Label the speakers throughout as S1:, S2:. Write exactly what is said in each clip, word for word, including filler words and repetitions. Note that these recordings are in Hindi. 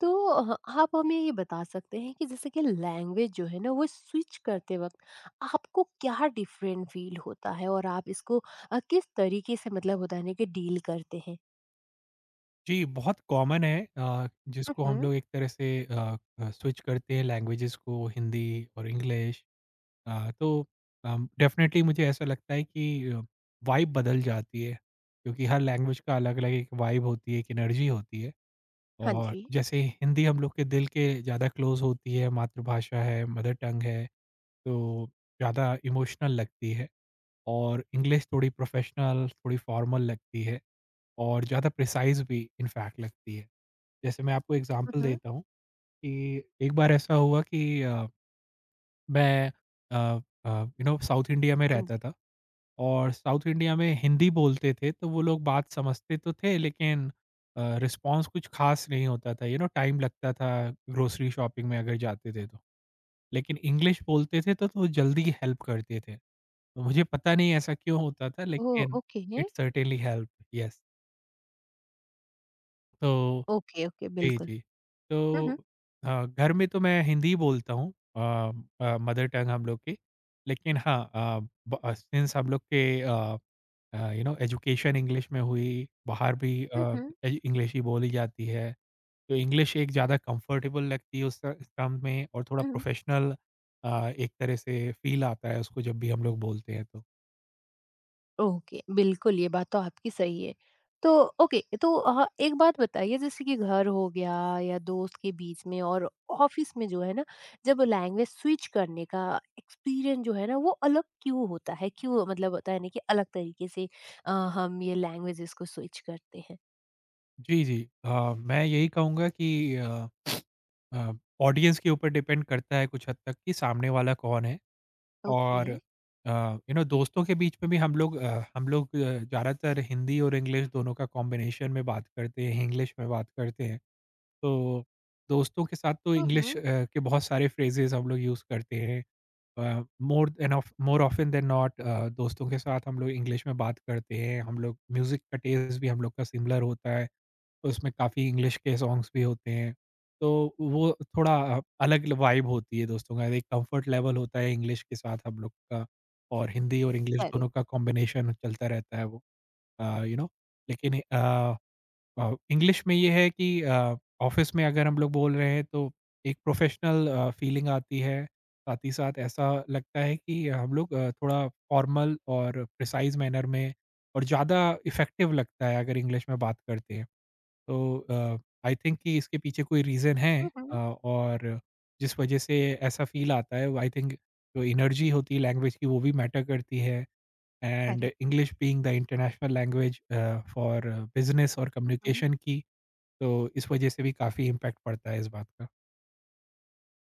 S1: तो ह आप हमें ये बता सकते हैं कि जैसे कि लैंग्वेज जो है ना वो स्विच करते वक़्त आपको क्या डिफरेंट फ़ील होता है और आप इसको अ, किस तरीके से मतलब होता है ना कि डील करते हैं?
S2: जी, बहुत कॉमन है अ,
S1: हुँ,
S2: जिसको हम
S1: हुँ।
S2: लोग एक तरह से अ अ, स्विच करते हैं लैंग्वेजेज़ को, हिंदी और इंग्लिश। अ, तो अम, डेफ़िनेटली मुझे ऐसा लगता है कि अ, वाइब बदल जाती है, क्योंकि हर लैंग्वेज का अलग-अलग एक वाइब होती है, एक एनर्जी होती है।
S1: हाँ
S2: और
S1: जी।
S2: जैसे हिंदी हम लोग के दिल के ज़्यादा क्लोज़ होती है, मातृभाषा है, मदर टंग है, तो ज़्यादा इमोशनल लगती है। और इंग्लिश थोड़ी प्रोफ़ेशनल, थोड़ी फ़ॉर्मल लगती है। और ज़्यादा प्रिसाइज़ भी इनफैक्ट लगती है। जैसे मैं आपको
S1: हुँ,
S2: एग्ज़ाम्पल
S1: हुँ।
S2: देता हूँ कि एक बार ऐसा हुआ कि अ, मैं अ अ, यू नो साउथ इंडिया में
S1: हाँ
S2: रहता
S1: जी।
S2: था, और साउथ इंडिया में हिंदी बोलते थे तो वो लोग बात समझते तो थे, लेकिन अ, रिस्पॉन्स कुछ ख़ास नहीं होता था, यू नो, टाइम लगता था ग्रोसरी शॉपिंग में अगर जाते थे तो। लेकिन इंग्लिश बोलते थे तो तो जल्दी हेल्प करते थे। तो मुझे पता नहीं ऐसा क्यों होता था,
S1: ओह!
S2: लेकिन
S1: okay.
S2: It certainly helped, yes. तो
S1: ओके, ओके,
S2: जी,
S1: बिल्कुल।
S2: जी।
S1: हुँ, हुँ।
S2: तो अ, घर में तो मैं हिंदी ही बोलता हूँ, अ अ, मदर टंग हम लोग की। लेकिन हाँ, अ, ब सिंस हम लोग के अ अ, यू नो एजुकेशन इंग्लिश में हुई, बाहर भी
S1: हुँ,
S2: अ,
S1: हुँ,
S2: ए इंग्लिश ही बोली जाती है। तो इंग्लिश एक ज़्यादा कंफर्टेबल लगती है उस ट टर्म में, और थोड़ा
S1: हुँ।
S2: प्रोफ़ेशनल अ, एक तरह से फ़ील आता है उसको जब भी हम लोग बोलते हैं तो।
S1: ओके, बिल्कुल ये बात तो आपकी सही है। तो ओके, तो अ, एक बात बताइए जैसे कि घर हो गया या दोस्त के बीच में और ऑफ़िस में जो है ना, जब लैंग्वेज स्विच करने का एक्सपीरियंस जो है ना वो अलग क्यों होता है? क्यों मतलब होता है ना कि अलग तरीके से अ, हम ये लैंग्वेजेज़ को स्विच करते हैं?
S2: जी, जी। अ, मैं यही कहूँगा कि अ अ, ऑडियंस के ऊपर डिपेंड करता है कुछ हद तक, कि सामने वाला कौन है।
S1: ओके।
S2: और अ, यू नो दोस्तों के बीच में भी हम लोग अ, हम लोग अ, ज़्यादातर हिंदी और इंग्लिश दोनों का कॉम्बिनेशन में बात करते हैं, इंग्लिश में बात करते हैं। तो दोस्तों के साथ तो
S1: हुँ,
S2: इंग्लिश
S1: हुँ।
S2: अ, के बहुत सारे फ्रेजेज़ हम लोग यूज़ करते हैं। Uh, more than of more often than not, uh, दोस्तों के साथ हम लोग इंग्लिश में बात करते हैं, हम लोग म्यूज़िक का टेस्ट भी हम लोग का सिमिलर होता है, उसमें काफ़ी इंग्लिश के सॉन्ग्स भी होते हैं। तो वो थोड़ा अ, अलग ल वाइब होती है दोस्तों का, एक कम्फर्ट लेवल होता है इंग्लिश के साथ हम लोग का, और हिंदी और इंग्लिश
S1: करेक्ट।
S2: दोनों का कॉम्बिनेशन चलता रहता है वो अ, यू नो, लेकिन अ अ, इंग्लिश में ये है कि अ, ऑफ़िस में अगर हम लोग बोल रहे हैं तो एक प्रोफ़ेशनल अ, फ़ीलिंग आती है। साथ ही साथ ऐसा लगता है कि हम लोग अ, थोड़ा फ़ॉर्मल और प्रिसाइज़ मैनर में और ज़्यादा इफ़ेक्टिव लगता है अगर इंग्लिश में बात करते हैं। तो आई थिंक कि इसके पीछे कोई रीज़न है,
S1: हुँ,
S2: अ,
S1: हुँ।
S2: और जिस वज़ह से ऐसा फ़ील आता है, आई थिंक जो एनर्जी होती है लैंग्वेज की वो भी मैटर करती है। And
S1: correct.
S2: English being the international language uh, for business और
S1: हुँ, हुँ।
S2: कम्युनिकेशन की, तो इस वजह से भी काफ़ी इम्पैक्ट पड़ता है इस बात का।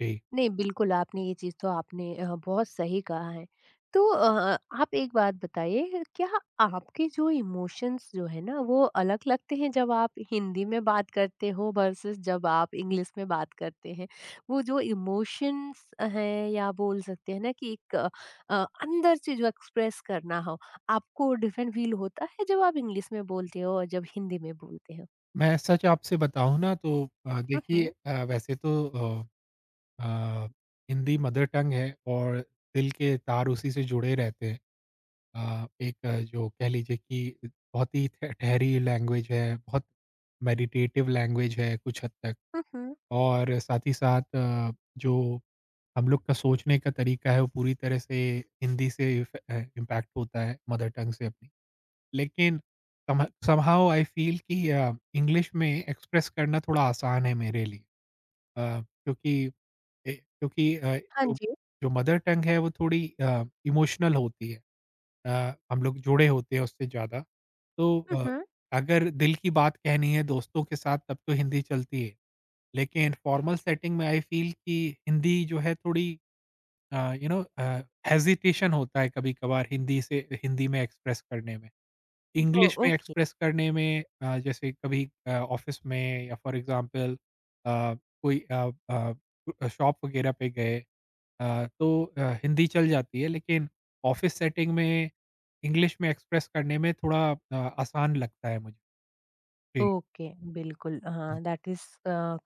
S2: जी।
S1: नहीं, बिल्कुल आपने ये चीज़ तो आपने अ, बहुत सही कहा है। तो अ, आप एक बात बताइए, क्या आपके जो इमोशंस जो है ना, वो अलग लगते हैं जब आप हिंदी में बात करते हो वर्सेस जब आप इंग्लिश में बात करते हैं? वो जो इमोशंस हैं या बोल सकते हैं ना कि एक अ, अ, अंदर से जो एक्सप्रेस करना हो, आपको डिफरेंट फ़ील होता है जब आप इंग्लिश में बोलते हो और जब हिंदी में बोलते हो?
S2: मैं सच आपसे बताऊँ ना तो अ,
S1: हुँ,
S2: देखिए,
S1: हुँ।
S2: अ, वैसे तो अ अ, हिंदी मदर टंग है, और दिल के तार उसी से जुड़े रहते हैं। अ, एक, अ, जो कह लीजिए कि बहुत ही ठ ठहरी लैंग्वेज है, बहुत मेडिटेटिव लैंग्वेज है कुछ हद तक,
S1: हुँ, हुँ।
S2: और साथ ही साथ अ, जो हम लोग का सोचने का तरीका है वो पूरी तरह से हिंदी से इफ अ, इम्पैक्ट होता है मदर टंग से अपनी। लेकिन सम समहाउ आई फ़ील कि अ, इंग्लिश में एक्सप्रेस करना थोड़ा आसान है मेरे लिए। अ, क्योंकि ए क्योंकि अ,
S1: हाँ
S2: जो
S1: जी।
S2: जो मदर टंग है वो थोड़ी अ, इमोशनल होती है। अ, हम लोग जुड़े होते हैं उससे ज़्यादा। तो
S1: हुँ,
S2: अ,
S1: हुँ।
S2: अगर दिल की बात कहनी है दोस्तों के साथ, तब तो हिंदी चलती है। लेकिन फ़ॉर्मल सेटिंग में आई फ़ील कि हिंदी जो है थोड़ी uh, you know uh, hesitation होता है कभी-कभार हिंदी से हिंदी में एक्सप्रेस करने में।
S1: ओह!
S2: इंग्लिश में
S1: ओके।
S2: एक्सप्रेस करने में अ, जैसे कभी अ, ऑफ़िस में या फ़ॉर एग्ज़ाम्पल अ, कोई अ अ, शॉप वग़ैरह पे गए, अ, तो अ, हिंदी चल जाती है, लेकिन ऑफ़िस सेटिंग में इंग्लिश में एक्सप्रेस करने में थोड़ा अ, आसान लगता है मुझे। जी,
S1: ओके बिल्कुल हाँ दैट इज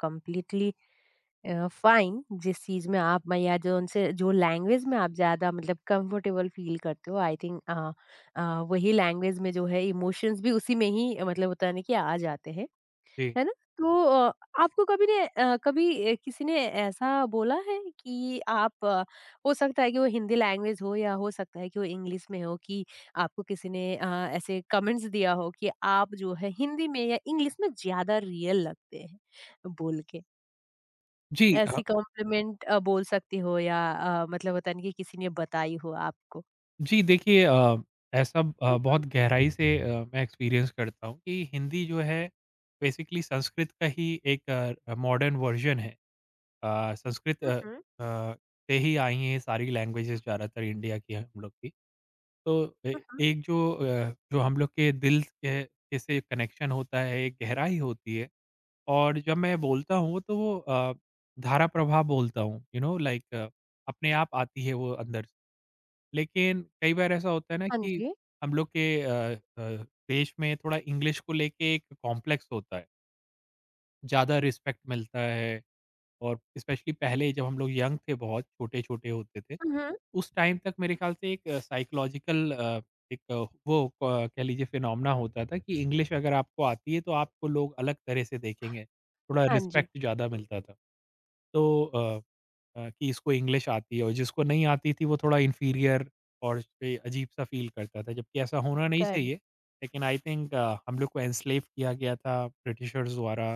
S1: कम्प्लीटली फाइन जिस चीज में आप मैं या जो उनसे जो लैंग्वेज में आप ज्यादा मतलब कंफर्टेबल फील करते हो आई थिंक वही लैंग्वेज में जो है इमोशंस भी उसी में ही अ, मतलब होता है ना कि आ जाते हैं
S2: जी।
S1: है ना? तो अ, आपको कभी ने अ, कभी ए, किसी ने ऐसा बोला है कि आप अ, हो सकता है कि वो हिंदी लैंग्वेज हो या हो सकता है कि वो इंग्लिश में हो कि आपको किसी ने अ, ऐसे कमेंट्स दिया हो कि आप जो है हिंदी में या इंग्लिश में ज़्यादा रियल लगते हैं बोल के?
S2: जी, अ,
S1: ऐसी कॉम्प्लीमेंट अ, बोल सकते हो या अ, मतलब होता है ना कि किसी ने बताई हो आपको?
S2: जी, देखिए, अ, ऐसा अ,
S1: हुँ, हुँ।
S2: बहुत गहराई से अ, मैं एक्सपीरियंस करता हूँ कि हिंदी जो है बेसिकली संस्कृत का ही एक अ, मॉडर्न वर्ज़न है। अ, संस्कृत
S1: हुँ,
S2: अ
S1: हुँ।
S2: अ, से ही आई हैं ये सारी लैंग्वेजेज़, ज़्यादातर इंडिया की हैं हम लोग की। तो
S1: हुँ,
S2: ए
S1: हुँ।
S2: एक जो अ, जो हम लोग के दिल के के से कनेक्शन होता है, एक गहराई होती है, और जब मैं बोलता हूँ तो वो अ, धारा प्रवाह बोलता हूँ, यू नो लाइक, अपने आप आती है वो अंदर से। लेकिन कई बार ऐसा होता है ना
S1: हाँ
S2: कि
S1: जी।
S2: हम लोग के अ अ, देश में थोड़ा इंग्लिश को लेके एक कॉम्प्लेक्स होता है। ज़्यादा रिस्पेक्ट मिलता है। और स्पेशली पहले जब हम लोग यंग थे बहुत, छोटे-छोटे होते थे,
S1: हुँ, हुँ।
S2: उस टाइम तक मेरे ख़्याल से एक साइकोलॉजिकल अ, एक, अ, वो क कह लीजिए फिनोमेना होता था कि इंग्लिश अगर आपको आती है तो आपको लोग अलग तरह से देखेंगे, थोड़ा
S1: हाँ जी।
S2: रिस्पेक्ट ज़्यादा मिलता था। तो अ अ, कि इसको इंग्लिश आती है, और जिसको नहीं आती थी वो थोड़ा इन्फीरियर और पे अजीब-सा फ़ील करता था, जबकि ऐसा होना नहीं
S1: करेक्ट।
S2: चाहिए। लेकिन आई थिंक अ, हम लोग को एनस्लेव किया गया था ब्रिटिशर्स द्वारा,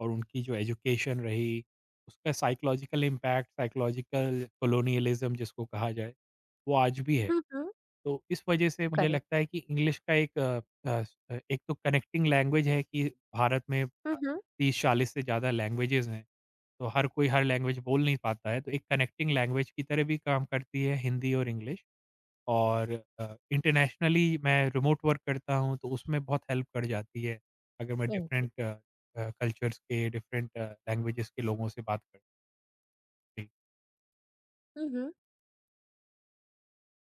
S2: और उनकी जो एजुकेशन रही, उसका साइकोलॉजिकल इम्पैक्ट, साइकोलॉजिकल कोलोनियलिज़्म जिसको कहा जाए, वो आज भी है।
S1: हुँ, हुँ।
S2: तो इस वजह से मुझे
S1: करेक्ट।
S2: लगता है कि इंग्लिश का एक अ, अ, अ, एक तो कनेक्टिंग लैंग्वेज है कि भारत में अ,
S1: हुँ, हुँ।
S2: तीस चालीस से ज़्यादा लैंग्वेजेज़ हैं। तो हर कोई हर लैंग्वेज बोल नहीं पाता है, तो एक कनेक्टिंग लैंग्वेज की तरह भी काम करती है हिंदी और इंग्लिश। और अ, इंटरनेशनली मैं रिमोट वर्क करता हूँ, तो उसमें बहुत हेल्प कर जाती है, अगर मैं
S1: okay.
S2: Different uh, uh, cultures के, डिफरेंट अ, लैंग्वेजेज़ के लोगों से बात करती।
S1: हुँ, हुँ।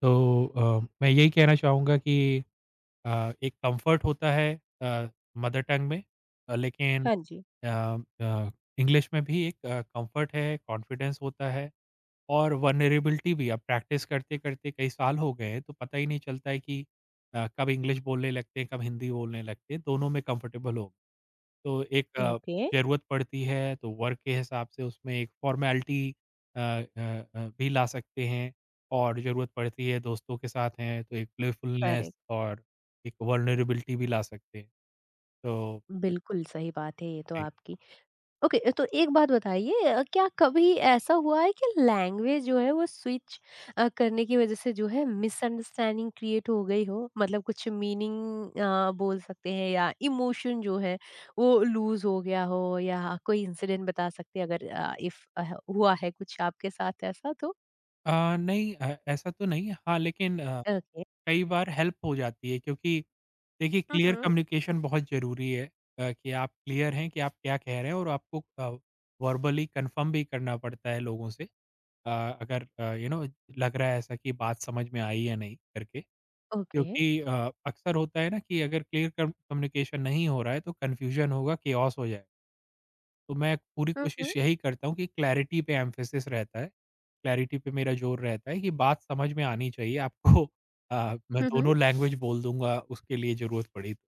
S2: तो अ, मैं यही कहना चाहूँगा कि अ, एक कंफर्ट होता है अ, मदर टंग में, अ, लेकिन
S1: हाँ जी,
S2: अ अ, इंग्लिश में भी एक अ, कंफर्ट है, कॉन्फिडेंस होता है, और वल्नरेबिलिटी भी। अब प्रैक्टिस करते-करते कई साल हो गए हैं, तो पता ही नहीं चलता है कि अ, कब इंग्लिश बोलने लगते हैं, कब हिंदी बोलने लगते हैं, दोनों में कंफर्टेबल हो गए। तो एक, अ,
S1: ओके।
S2: ज़रूरत पड़ती है तो वर्क के हिसाब से उसमें एक फ़ॉर्मेलिटी अ अ अ, भी ला सकते हैं, और ज़रूरत पड़ती है दोस्तों के साथ हैं तो एक
S1: करेक्ट,
S2: प्लेफुलनेस और एक वल्नरेबिलिटी भी ला सकते हैं। तो
S1: बिल्कुल सही बात है ये तो
S2: जी।
S1: आपकी। ओके, तो एक बात बताइए अ, क्या कभी ऐसा हुआ है कि लैंग्वेज जो है वो स्विच अ, करने की वज़ह से जो है मिसअंडरस्टैंडिंग क्रिएट हो गई हो? मतलब कुछ मीनिंग अ, बोल सकते हैं या इमोशन जो है वो लूज़ हो गया हो या कोई इंसिडेंट बता सकते हैं अगर अ, इफ अ, हुआ है कुछ आपके साथ ऐसा तो?
S2: अ, नहीं, अ, ऐसा तो नहीं है। हाँ, लेकिन अ,
S1: ओके।
S2: कई बार हेल्प हो जाती है, क्योंकि देखिए,
S1: हुँ,
S2: क्लियर
S1: हुँ।
S2: कम्युनिकेशन बहुत ज़रूरी है, अ, कि आप क्लियर हैं कि आप क्या कह रहे हैं, और आपको अ, वर्बली कन्फर्म भी करना पड़ता है लोगों से। अ, अगर अ, यू नो लग रहा है ऐसा कि बात समझ में आई या नहीं करके।
S1: ओके।
S2: क्योंकि अ, अक्सर होता है ना कि अगर क्लियर कम कम्युनिकेशन नहीं हो रहा है तो कन्फ्यूजन होगा, केओस हो जाएगा। तो मैं पूरी
S1: हुँ, हुँ।
S2: कोशिश यही करता हूँ कि क्लैरिटी पे एम्फेसिस रहता है। क्लैरिटी पे मेरा ज़ोर रहता है कि बात समझ में आनी चाहिए आपको, अ, मैं
S1: हुँ, हुँ।
S2: दोनों लैंग्वेज बोल दूँगा उसके लिए, ज़रूरत पड़ी तो।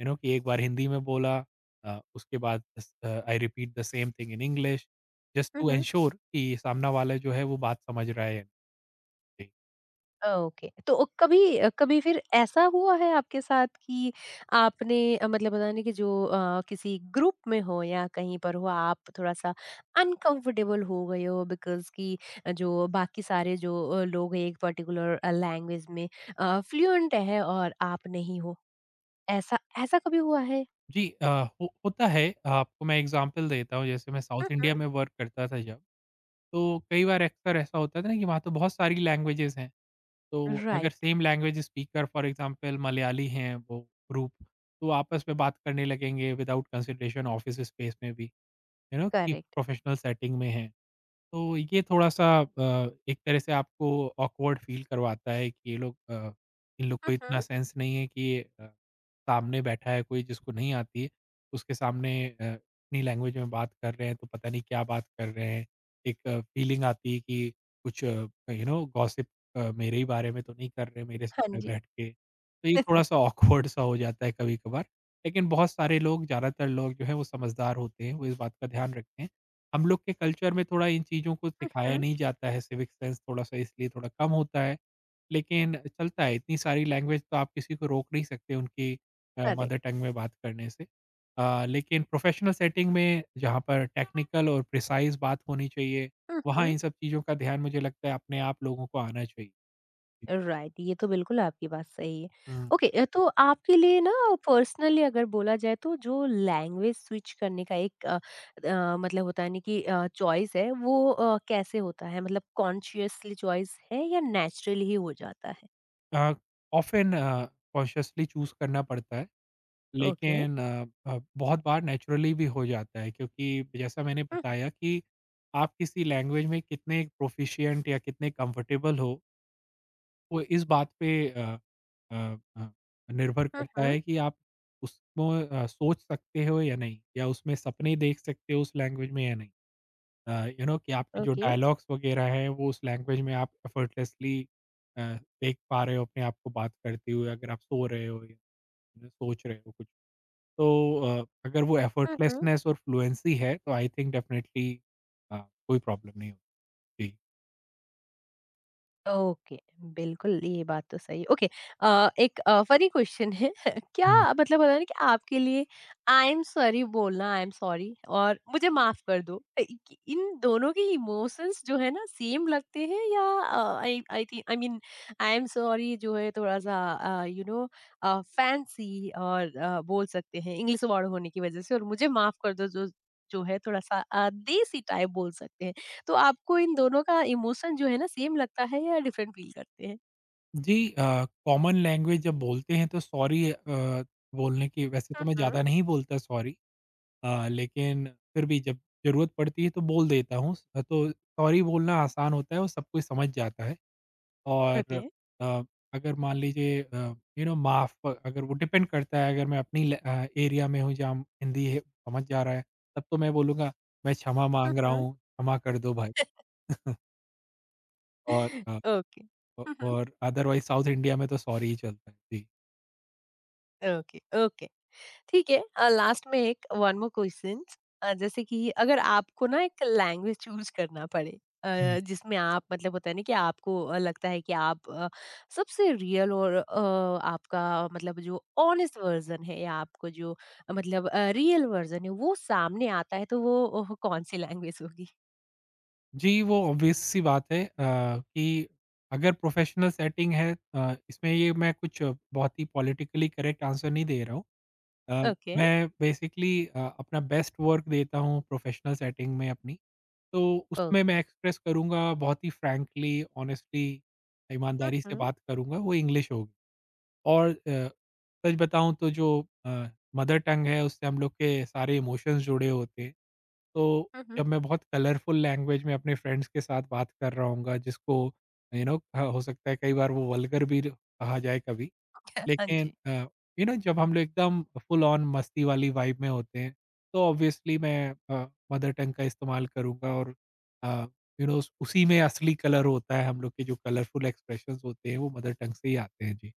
S2: यू नो कि एक बार हिंदी में बोला, अ, उसके बाद स uh, I repeat the same thing in English, just
S1: hmm,
S2: to
S1: hmm.
S2: Ensure कि सामना वाला जो है वो बात समझ रहा है। जी,
S1: ओके तो ओ कभी अ, कभी फिर ऐसा हुआ है आपके साथ कि आपने अ, मतलब पता नहीं कि जो अ, किसी ग्रुप में हो या कहीं पर हो आप थोड़ा सा अनकंफर्टेबल हो गए हो बिकॉज कि जो बाकी सारे जो अ, लोग एक पर्टिकुलर लैंग्वेज में फ्लुएंट है और आप नहीं हो ऐसा ऐसा कभी हुआ है
S2: जी, अ, हो होता है। आपको मैं एग्ज़ाम्पल देता हूँ, जैसे मैं साउथ इंडिया
S1: हम्म
S2: में वर्क करता था जब, तो कई बार अक्सर ऐसा होता था ना कि वहाँ तो बहुत सारी लैंग्वेजेज़ हैं। तो अगर
S1: right
S2: same language speaker for example Malayali हैं वो ग्रुप, तो आपस में बात करने लगेंगे विदाउट कंसिडरेशन, ऑफ़िस स्पेस में भी, यू नो कि
S1: करेक्ट
S2: प्रोफ़ेशनल सेटिंग में है। तो ये थोड़ा-सा अ, एक तरह से आपको ऑकवर्ड फ़ील करवाता है कि ये लोग अ, इन लोग को इतना
S1: हम्म
S2: सेंस नहीं है कि अ, सामने बैठा है कोई जिसको नहीं आती है, उसके सामने अ, अपनी लैंग्वेज में बात कर रहे हैं, तो पता नहीं क्या बात कर रहे हैं। एक फ़ीलिंग आती है कि कुछ यू नो गॉसिप अ, मेरे ही बारे में तो नहीं कर रहे मेरे
S1: हाँ
S2: सामने
S1: जी
S2: बैठ के। तो ये थोड़ा-सा ऑकवर्ड सा हो जाता है कभी-कभार, लेकिन बहुत सारे लोग, ज़्यादातर लोग जो हैं वो समझदार होते हैं, वो इस बात का ध्यान रखते हैं। हम लोग के कल्चर में थोड़ा इन चीज़ों को सिखाया नहीं जाता है, सिविक सेंस थोड़ा-सा इसलिए थोड़ा कम होता है। लेकिन चलता है, इतनी सारी लैंग्वेज, तो आप किसी को रोक नहीं सकते उनकी अ, मदर टंग में बात करने से। अ, लेकिन प्रोफ़ेशनल सेटिंग में जहाँ पर टेक्निकल और प्रिसाइज़ बात होनी चाहिए, वहाँ इन
S1: करेक्ट
S2: सब चीज़ों का ध्यान मुझे लगता है अपने आप लोगों को आना चाहिए।
S1: राइट ये तो बिल्कुल आपकी बात सही है।
S2: हुँ।
S1: ओके अ, तो आपके लिए ना पर्सनली अगर बोला जाए तो जो लैंग्वेज स्विच करने का एक अ, अ, मतलब होता है ना कि चॉइस है वो अ, कैसे होता है मतलब कॉन्शियसली चॉइस है या नेचुरली ही हो जाता है?
S2: Uh, often uh, consciously choose करना पड़ता है।
S1: ओके
S2: लेकिन अ अ, बहुत बार नेचुरली भी हो जाता है, क्योंकि जैसा मैंने
S1: हुँ,
S2: बताया कि आप किसी लैंग्वेज में कितने प्रोफिशिएंट या कितने कंफर्टेबल हो, वो इस बात पे अ अ अ, निर्भर
S1: हुँ,
S2: करता
S1: हुँ, हुँ।
S2: है कि आप उसको अ, सोच सकते हो या नहीं, या उसमें सपने देख सकते हो उस लैंग्वेज में या नहीं। अ, यू नो कि आपके जो
S1: ओके।
S2: डायलॉग्स वगैरह हैं वो उस लैंग्वेज में आप एफर्टलेसली अ, देख पा रहे हो अपने आप को बात करते हुए, अगर आप सो रहे हो, या you know, सोच रहे हो कुछ। तो अ, अगर वो
S1: हुँ, हुँ।
S2: एफर्टलेसनेस और फ्लुएंसी है तो आई थिंक डेफिनेटली अ, कोई प्रॉब्लम नहीं होगी।
S1: ओके, बिल्कुल ये बात तो सही है। ओके अ, एक अ, फ़नी क्वेश्चन है क्या
S2: हुँ।
S1: मतलब होता है ना कि आपके लिए आई एम सॉरी बोलना आई एम सॉरी और मुझे माफ़ कर दो अ, इ इन दोनों के इमोशंस जो है ना सेम लगते हैं या uh, I I think I mean I am sorry जो है थोड़ा-सा uh, you know uh, fancy और अ, बोल सकते हैं इंग्लिश वर्ड होने की वज़ह से और मुझे माफ़ कर दो जो जो है थोड़ा-सा अ, देसी टाइप बोल सकते हैं। तो आपको इन दोनों का इमोशन जो है ना सेम लगता है या डिफरेंट फील करते हैं?
S2: जी, अ, कॉमन लैंग्वेज जब बोलते हैं तो सॉरी अ, बोलने की वैसे तो मैं
S1: हम्म
S2: ज़्यादा नहीं बोलता सॉरी, अ, लेकिन फिर भी जब ज़रूरत पड़ती है तो बोल देता हूँ। तो सॉरी बोलना आसान होता है, और सब कोई समझ जाता है। और
S1: ओके
S2: अ, अगर मान लीजिए अ, यू नो, माफ़, अगर वो डिपेंड करता है, अगर मैं अपनी ल अ, एरिया में हूँ जहाँ हिंदी है, समझ जा रहा है, तब तो मैं बोलूँगा मैं क्षमा माँग रहा
S1: हम्म
S2: हूँ, क्षमा कर दो भाई। और अ,
S1: ओके
S2: औ
S1: हम्म
S2: और अदरवाइज़ साउथ इंडिया में तो सॉरी ही चलता है। जी।
S1: ओके ओके ठीक है लास्ट में एक वन मोर क्वेश्चन जैसे कि अगर आपको ना एक लैंग्वेज चूज करना पड़े
S2: हुँ।
S1: अ, जिसमें आप मतलब होता है ना कि आपको अ, लगता है कि आप अ, सबसे रियल और अ, आपका मतलब जो ऑनेस्ट वर्जन है या आपको जो अ, मतलब रियल वर्जन है वो सामने आता है तो वो अ, कौन सी लैंग्वेज होगी
S2: जी, वो ऑब्वियस सी बात है अ, कि अगर प्रोफ़ेशनल सेटिंग है, अ, इसमें ये मैं कुछ बहुत ही पॉलिटिकली करेक्ट आंसर नहीं दे रहा हूँ। अ,
S1: ओके
S2: मैं बेसिकली अ, अपना बेस्ट वर्क देता हूँ प्रोफेशनल सेटिंग में अपनी। तो उसमें
S1: ओके।
S2: मैं एक्सप्रेस करूँगा बहुत ही फ्रैंकली, ऑनेस्टली,
S1: हुँ,
S2: ईमानदारी से
S1: हुँ,
S2: बात करूँगा, वो इंग्लिश होगी। और अ, सच बताऊँ तो जो अ, मदर टंग है उससे हम लोग के सारे इमोशंस जुड़े होते हैं। तो
S1: हुँ, हुँ।
S2: जब मैं बहुत कलरफुल लैंग्वेज में अपने फ्रेंड्स के साथ बात कर रहा होऊँगा, जिसको यू नो, हो सकता है कई बार वो वल्गर भी कहा जाए कभी।
S1: हाँ
S2: लेकिन
S1: जी।
S2: अ, यू नो, जब हम लोग एकदम फुल ऑन मस्ती वाली वाइब में होते हैं, तो ऑब्वियसली मैं अ, मदर टंग का इस्तेमाल करूँगा, और अ, यू नो उसी में असली कलर होता है, हम लोग के जो कलरफुल एक्सप्रेशंस होते हैं, वो मदर टंग से ही आते हैं। जी।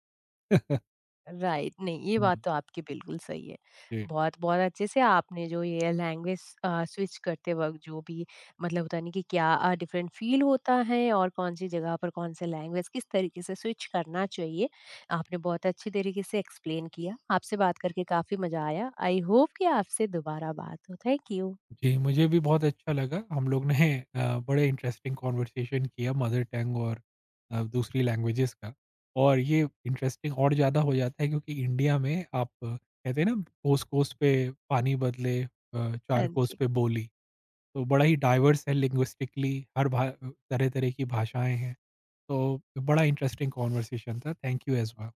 S1: राइट, नहीं ये
S2: हुँ,
S1: बात तो आपकी बिल्कुल सही है।
S2: जी।
S1: बहुत बहुत अच्छे से आपने जो ये लैंग्वेज अ, स्विच करते वक़्त जो भी मतलब होता है ना कि क्या अ, डिफरेंट फ़ील होता है और कौन-सी जगह पर कौन-से लैंग्वेज किस तरीके से स्विच करना चाहिए, आपने बहुत अच्छी तरीके से एक्सप्लेन किया। आपसे बात करके काफ़ी मज़ा आया। आई होप कि आपसे दोबारा बात हो। Thank you.
S2: जी, मुझे भी बहुत अच्छा लगा। हम लोग ने अ, बड़े इंटरेस्टिंग कन्वर्सेशन किया मदर टंग और अ, दूसरी लैंग्वेजेज़ का। और ये इंटरेस्टिंग और ज़्यादा हो जाता है, क्योंकि इंडिया में आप अ, कहते हैं ना, कोस-कोस पे पानी बदले, अ, चार
S1: हाँ
S2: कोस
S1: जी।
S2: पे बोली। तो बड़ा ही डाइवर्स है लिंग्विस्टिकली। हर भा तरह-तरह की भाषाएँ हैं। तो बड़ा इंटरेस्टिंग कन्वर्सेशन था। Thank you as well.